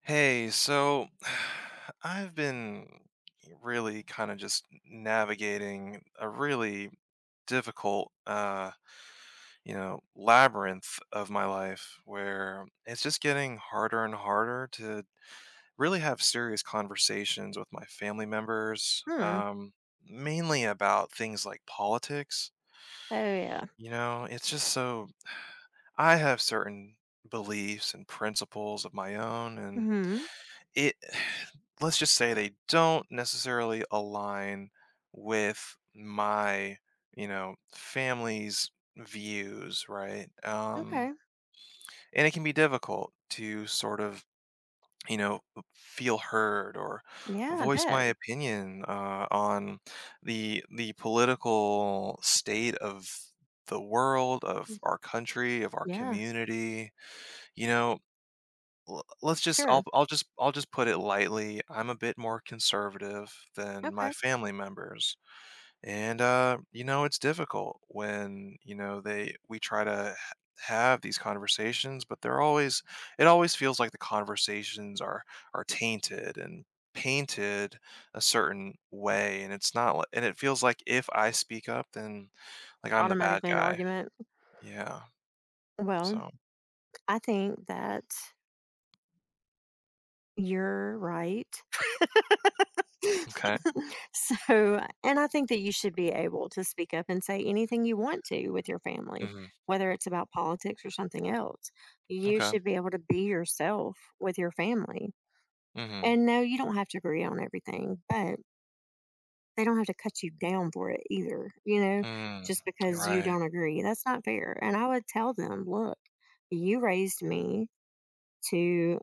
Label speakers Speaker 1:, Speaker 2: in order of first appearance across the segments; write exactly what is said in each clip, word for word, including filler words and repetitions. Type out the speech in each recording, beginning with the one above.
Speaker 1: Hey, so I've been really kind of just navigating a really difficult, uh, you know, labyrinth of my life where it's just getting harder and harder to really have serious conversations with my family members,
Speaker 2: Hmm.
Speaker 1: um, mainly about things like politics.
Speaker 2: Oh yeah.
Speaker 1: You know, it's just so I have certain beliefs and principles of my own, and
Speaker 2: Hmm.
Speaker 1: it let's just say they don't necessarily align with my you know family's views, right? Um
Speaker 2: Okay.
Speaker 1: and it can be difficult to sort of you know feel heard or
Speaker 2: Yeah, I
Speaker 1: voice my
Speaker 2: bet.
Speaker 1: opinion uh, on the the political state of the world, of
Speaker 2: Mm,
Speaker 1: our country, of our
Speaker 2: yeah.
Speaker 1: community. you know l let's just
Speaker 2: Sure.
Speaker 1: I'll I'll just I'll just put it lightly, I'm a bit more conservative than my
Speaker 2: Okay.
Speaker 1: family members, and, uh, you know, it's difficult when, you know, they we try to ha have these conversations, but they're always it always feels like the conversations are are tainted and painted a certain way, and it's not li and it feels like if I speak up, then, like, I'm the bad
Speaker 2: Automatically an
Speaker 1: guy.
Speaker 2: argument.
Speaker 1: Yeah,
Speaker 2: Well,
Speaker 1: so.
Speaker 2: I think that you're right.
Speaker 1: Okay.
Speaker 2: So, and I think that you should be able to speak up and say anything you want to with your family,
Speaker 1: Mhm.
Speaker 2: whether it's about politics or something else. You
Speaker 1: Okay.
Speaker 2: should be able to be yourself with your family.
Speaker 1: Mhm.
Speaker 2: And no, you don't have to agree on everything, but they don't have to cut you down for it either, you know,
Speaker 1: Mm.
Speaker 2: just
Speaker 1: You're
Speaker 2: because you
Speaker 1: right.
Speaker 2: don't agree. That's not fair. And I would tell them, look, you raised me to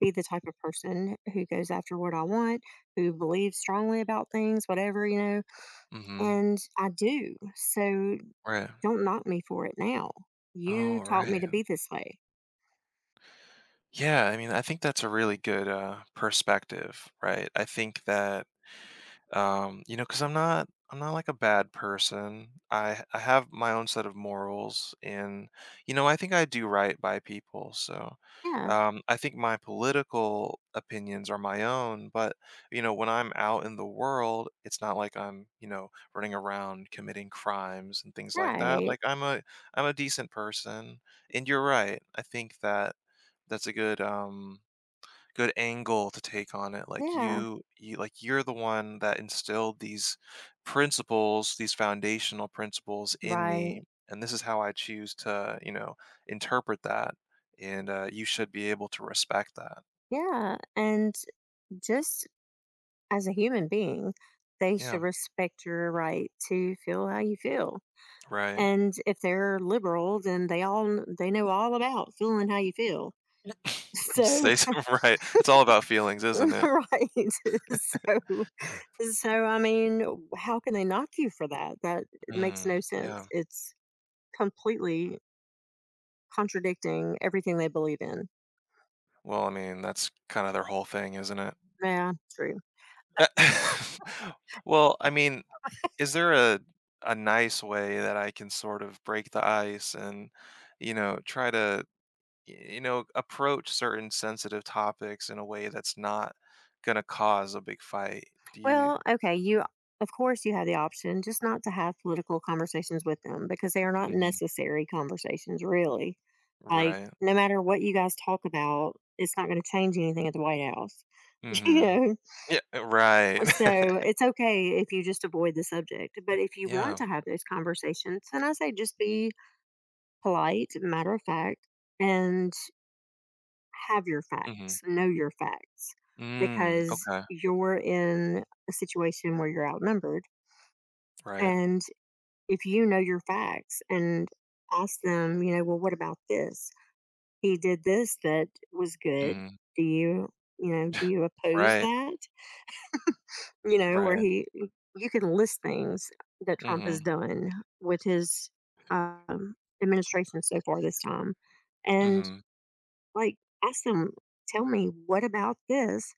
Speaker 2: be the type of person who goes after what I want, who believes strongly about things, whatever, you know,
Speaker 1: Hmm.
Speaker 2: and I do. So
Speaker 1: Right.
Speaker 2: don't knock me for it now. You
Speaker 1: Oh,
Speaker 2: taught me
Speaker 1: right.
Speaker 2: to be this way.
Speaker 1: Yeah. I mean, I think that's a really good uh, perspective, right? I think that Um, you know, because 'cause I'm not I'm not like a bad person. I I have my own set of morals, and you know, I think I do right by people. So,
Speaker 2: Yeah,
Speaker 1: um, I think my political opinions are my own, but you know, when I'm out in the world, it's not like I'm, you know, running around committing crimes and things like that.
Speaker 2: right.
Speaker 1: Like I'm a I'm a decent person. And you're right. I think that that's a good um good angle to take on it. Like
Speaker 2: Yeah,
Speaker 1: you, you like you're the one that instilled these principles, these foundational principles in
Speaker 2: right.
Speaker 1: me, and this is how I choose to, you know, interpret that. And uh, you should be able to respect that.
Speaker 2: Yeah. And just as a human being, they should
Speaker 1: Yeah,
Speaker 2: respect your right to feel how you feel.
Speaker 1: right.
Speaker 2: And if they're liberal, then they all kn- they know all about feeling how you feel. So
Speaker 1: Say something right. It's all about feelings, isn't it?
Speaker 2: right. so so I mean, how can they knock you for that? That it makes
Speaker 1: Mm,
Speaker 2: no sense.
Speaker 1: yeah.
Speaker 2: It's completely contradicting everything they believe in.
Speaker 1: Well, I mean, that's kind of their whole thing, isn't it?
Speaker 2: Yeah, true.
Speaker 1: Well, I mean, is there a a nice way that I can sort of break the ice and, you know, try to, y you know, approach certain sensitive topics in a way that's not gonna cause a big fight? Do you.
Speaker 2: Well, okay, you of course you have the option just not to have political conversations with them because they are not
Speaker 1: Mhm.
Speaker 2: necessary conversations really. Like
Speaker 1: Right.
Speaker 2: no matter what you guys talk about, it's not going to change anything at the White House. You
Speaker 1: Mhm.
Speaker 2: know,
Speaker 1: Yeah, uh, right.
Speaker 2: so it's okay if you just avoid the subject. But if you want
Speaker 1: Yeah.
Speaker 2: to have those conversations, then I say just be polite, matter of fact, and have your
Speaker 1: Mhm.
Speaker 2: facts, know your facts,
Speaker 1: Mm,
Speaker 2: because
Speaker 1: okay.
Speaker 2: you're in a situation where you're outnumbered.
Speaker 1: Right.
Speaker 2: And if you know your facts and ask them, you know, well, what about this? He did this that was good.
Speaker 1: Mhm.
Speaker 2: Do you, you know, do you oppose
Speaker 1: Right.
Speaker 2: that? You know, where
Speaker 1: Right.
Speaker 2: he, you can list things that Trump has
Speaker 1: Mhm.
Speaker 2: done with his um, administration so far this time. And
Speaker 1: Mhm.
Speaker 2: like, ask them, tell me, what about this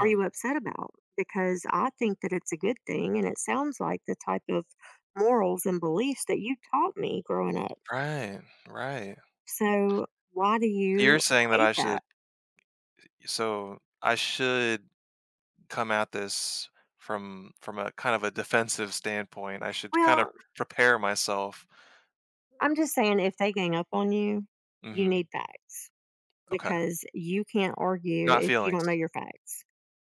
Speaker 2: are you upset about? Because I think that it's a good thing, and it sounds like the type of morals and beliefs that you taught me growing up.
Speaker 1: Right. Right.
Speaker 2: So why do
Speaker 1: So, you're
Speaker 2: you
Speaker 1: saying that
Speaker 2: hate
Speaker 1: I should
Speaker 2: that?
Speaker 1: so I should come at this from from a kind of a defensive standpoint. I should kind of
Speaker 2: Well,
Speaker 1: prepare myself.
Speaker 2: I'm just saying if they gang up on you, you
Speaker 1: Hmm.
Speaker 2: need facts
Speaker 1: Okay,
Speaker 2: because you can't argue
Speaker 1: not
Speaker 2: if you don't know
Speaker 1: feelings.
Speaker 2: your facts.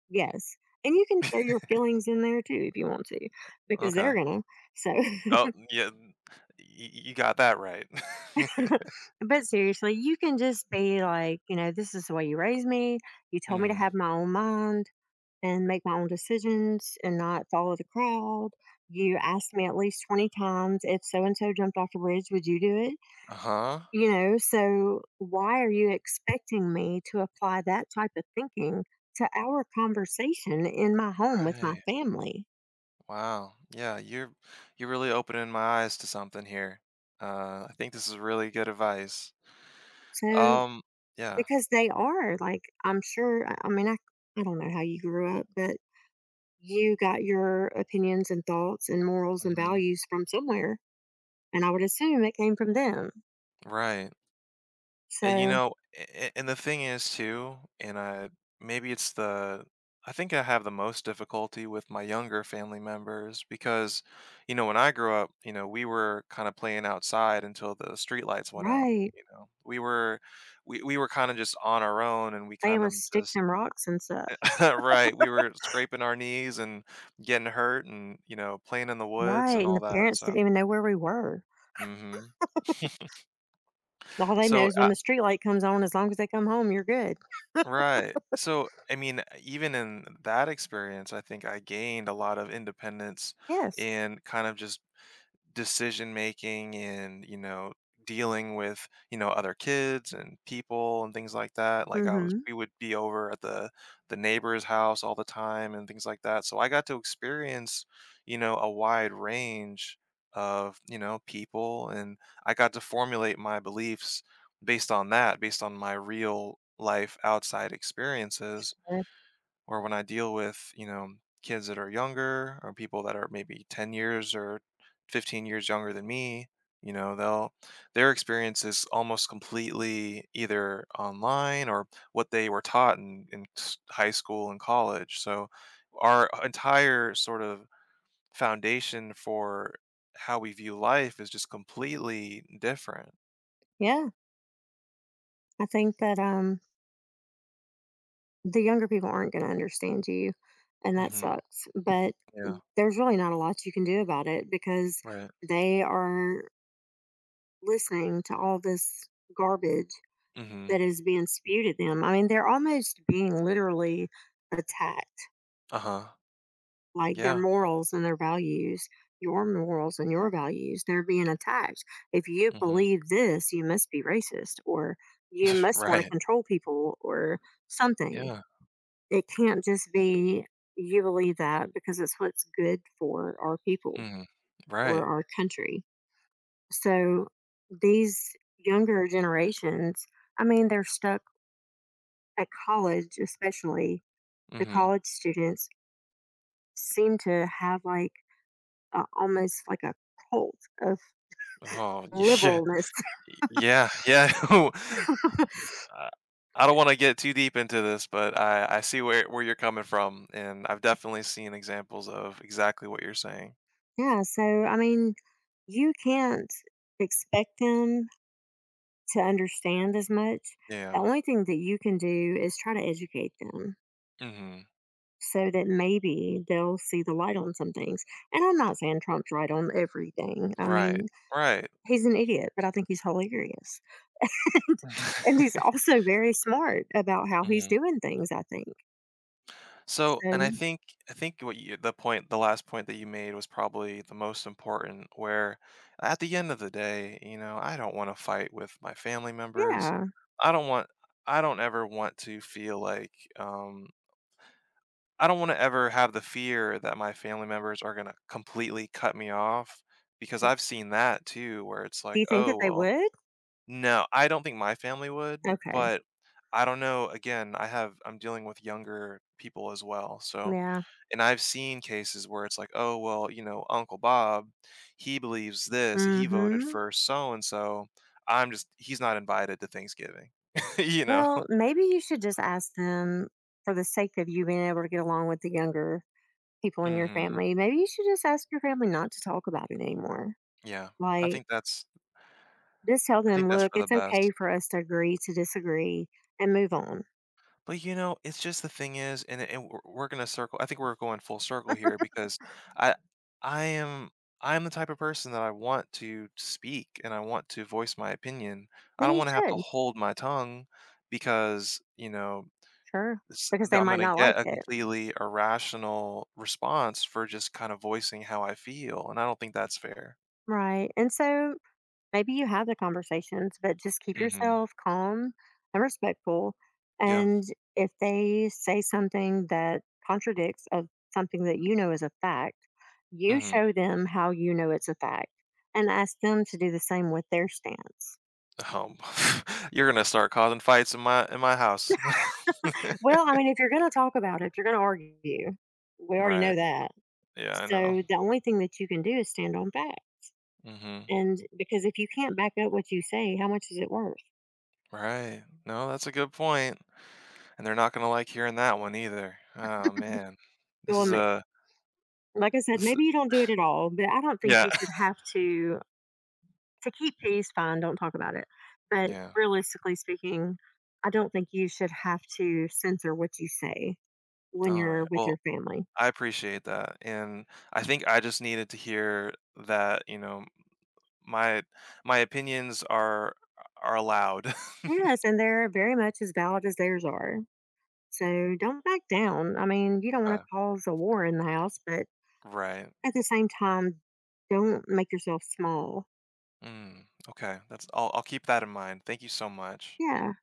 Speaker 2: Yes. And you can throw your feelings in there too if you want to, because they're
Speaker 1: Okay.
Speaker 2: gonna. So
Speaker 1: Oh yeah, n- y- you got that right.
Speaker 2: But seriously, you can just be like, you know, this is the way you raised me. You told me to
Speaker 1: Hmm.
Speaker 2: have my own mind and make my own decisions and not follow the crowd. You asked me at least twenty times if so and so jumped off a bridge, would you do it?
Speaker 1: Uh huh.
Speaker 2: You know, so why are you expecting me to apply that type of thinking to our conversation in my home with my
Speaker 1: Right.
Speaker 2: family?
Speaker 1: Wow. Yeah, you're you're really opening my eyes to something here. Uh, I think this is really good advice.
Speaker 2: So,
Speaker 1: Um. Yeah.
Speaker 2: because they are like, I'm sure, I I mean, I, I don't know how you grew up, but you got your opinions and thoughts and morals and
Speaker 1: Hmm.
Speaker 2: values from somewhere, and I would assume it came from them.
Speaker 1: Right. And, you
Speaker 2: So,
Speaker 1: know, a- and the thing is too, and I maybe it's the I think I have the most difficulty with my younger family members because, you know, when I grew up, you know, we were kind of playing outside until the streetlights went out.
Speaker 2: right.
Speaker 1: You know, we were we, we were kind of just on our own, and we
Speaker 2: Playing
Speaker 1: kind
Speaker 2: with
Speaker 1: of
Speaker 2: sticks
Speaker 1: just
Speaker 2: and rocks and stuff.
Speaker 1: right. We were scraping our knees and getting hurt and, you know, playing in the woods
Speaker 2: Right.
Speaker 1: and
Speaker 2: And
Speaker 1: all
Speaker 2: the
Speaker 1: that.
Speaker 2: parents
Speaker 1: So,
Speaker 2: didn't even know where we were.
Speaker 1: hmm
Speaker 2: All they know
Speaker 1: so
Speaker 2: is when the street light comes on, as long as they come home, you're good.
Speaker 1: Right. So, I mean, uh, even in that experience, I think I gained a lot of independence
Speaker 2: Yes.
Speaker 1: and kind of just decision making and you know dealing with you know other kids and people and things like that. Like I was
Speaker 2: Mm-hmm.
Speaker 1: we would be over at the the neighbor's house all the time and things like that, so I got to experience you know a wide range of you know people. And I got to formulate my beliefs based on that, based on my real life outside experiences,
Speaker 2: Uh,
Speaker 1: or when I deal with, you know, kids that are younger or people that are maybe ten years or fifteen years younger than me. you know, they'll Their experience is almost completely either online or what they were taught in, in s- high school and college. So our entire sort of foundation for how we view life is just completely different.
Speaker 2: Yeah. I think that um the younger people aren't gonna understand you and that
Speaker 1: Hmm.
Speaker 2: sucks. But
Speaker 1: Yeah.
Speaker 2: there's really not a lot you can do about it because
Speaker 1: Right.
Speaker 2: they are listening to all this garbage
Speaker 1: Hmm.
Speaker 2: that is being spewed at them. I mean, they're almost being literally attacked,
Speaker 1: Uh huh.
Speaker 2: like their
Speaker 1: Yeah.
Speaker 2: morals and their values, your morals and your values, they're being attacked. If you
Speaker 1: Hmm.
Speaker 2: believe this, you must be racist or you must want to
Speaker 1: Right.
Speaker 2: control people or something.
Speaker 1: Yeah.
Speaker 2: It can't just be you believe that because it's what's good for our people
Speaker 1: Mhm.
Speaker 2: or
Speaker 1: Right.
Speaker 2: our country. So these younger generations, I mean, they're stuck at college, especially the
Speaker 1: Mhm.
Speaker 2: college students seem to have like a, almost like a cult of
Speaker 1: Oh, yeah.
Speaker 2: liberalness.
Speaker 1: Yeah, yeah. uh, I don't wanna get too deep into this, but I I see where where you're coming from, and I've definitely seen examples of exactly what you're saying.
Speaker 2: yeah. So, I mean, you can't expect them to understand as much. The
Speaker 1: Yeah.
Speaker 2: only thing that you can do is try to educate them
Speaker 1: Mhm.
Speaker 2: so that maybe they'll see the light on some things. And I'm not saying Trump's right on everything. I
Speaker 1: Right.
Speaker 2: mean,
Speaker 1: Right.
Speaker 2: he's an idiot, but I think he's hilarious. And he's also very smart about how he's
Speaker 1: Mhm.
Speaker 2: doing things, I think.
Speaker 1: So, and
Speaker 2: So
Speaker 1: I think I think what you, the point, the last point that you made was probably the most important. Where at the end of the day, you know, I don't want to fight with my family members.
Speaker 2: yeah.
Speaker 1: I don't want. I don't ever want to feel like. Um, I don't want to ever have the fear that my family members are gonna completely cut me off, because I've seen that too, where it's
Speaker 2: Do
Speaker 1: like,
Speaker 2: you think that
Speaker 1: oh
Speaker 2: they
Speaker 1: well,
Speaker 2: would?
Speaker 1: no, I don't think my family would,
Speaker 2: Okay.
Speaker 1: but I don't know. Again, I have. I'm dealing with younger people as well, so.
Speaker 2: Yeah.
Speaker 1: And I've seen cases where it's like, "Oh, well, you know, Uncle Bob, he believes this, he voted
Speaker 2: Mhm.
Speaker 1: for so and so. I'm just He's not invited to Thanksgiving." You know?
Speaker 2: Well, maybe you should just ask them for the sake of you being able to get along with the younger people in your
Speaker 1: Mhm.
Speaker 2: family. Maybe you should just ask your family not to talk about it anymore.
Speaker 1: Yeah. I
Speaker 2: Like
Speaker 1: think that's
Speaker 2: just tell
Speaker 1: I
Speaker 2: them,
Speaker 1: think that's
Speaker 2: "Look,
Speaker 1: for the
Speaker 2: it's okay
Speaker 1: best.
Speaker 2: for us to agree to disagree and move on."
Speaker 1: But, you know, it's just the thing is, and and we're we're gonna circle I think we're going full circle here, because I I am I am the type of person that I want to speak and I want to voice my opinion. I
Speaker 2: Then
Speaker 1: don't
Speaker 2: you
Speaker 1: wanna have to
Speaker 2: should.
Speaker 1: hold my tongue because, you know
Speaker 2: Sure.
Speaker 1: s
Speaker 2: Because they
Speaker 1: that I'm
Speaker 2: might
Speaker 1: gonna
Speaker 2: not like
Speaker 1: get a
Speaker 2: it.
Speaker 1: completely irrational response for just kind of voicing how I feel, and I don't think that's fair.
Speaker 2: Right. And so maybe you have the conversations, but just keep
Speaker 1: Mhm.
Speaker 2: yourself calm and respectful.
Speaker 1: Yeah.
Speaker 2: And if they say something that contradicts of something that you know is a fact, you
Speaker 1: Mhm.
Speaker 2: show them how you know it's a fact and ask them to do the same with their stance.
Speaker 1: Um, you're gonna start causing fights in my in my house.
Speaker 2: Well, I mean, if you're going to talk about it, if you're going to argue, we already know
Speaker 1: Right.
Speaker 2: that.
Speaker 1: Yeah, I know.
Speaker 2: So the only thing that you can do is stand on fact.
Speaker 1: Mhm.
Speaker 2: And because if you can't back up what you say, how much is it worth?
Speaker 1: Right. No, that's a good point, point. And they're not gonna like hearing that one either. Oh, man. This
Speaker 2: Well,
Speaker 1: is a
Speaker 2: like I said,
Speaker 1: this
Speaker 2: maybe you don't do it at all, but I don't think
Speaker 1: Yeah.
Speaker 2: you should have to to keep peace, fine, don't talk about it. But
Speaker 1: Yeah.
Speaker 2: realistically speaking, I don't think you should have to censor what you say when you're
Speaker 1: Alright.
Speaker 2: with your
Speaker 1: Well,
Speaker 2: family.
Speaker 1: I appreciate that, and I think I just needed to hear that, you know My my opinions are are allowed.
Speaker 2: Yes, and they're very much as valid as theirs are. So don't back down. I mean, you don't want
Speaker 1: Okay.
Speaker 2: to cause a war in the house, but
Speaker 1: Right.
Speaker 2: at the same time, don't make yourself small.
Speaker 1: Mm, okay, that's I'll I'll keep that in mind. Thank you so much.
Speaker 2: Yeah.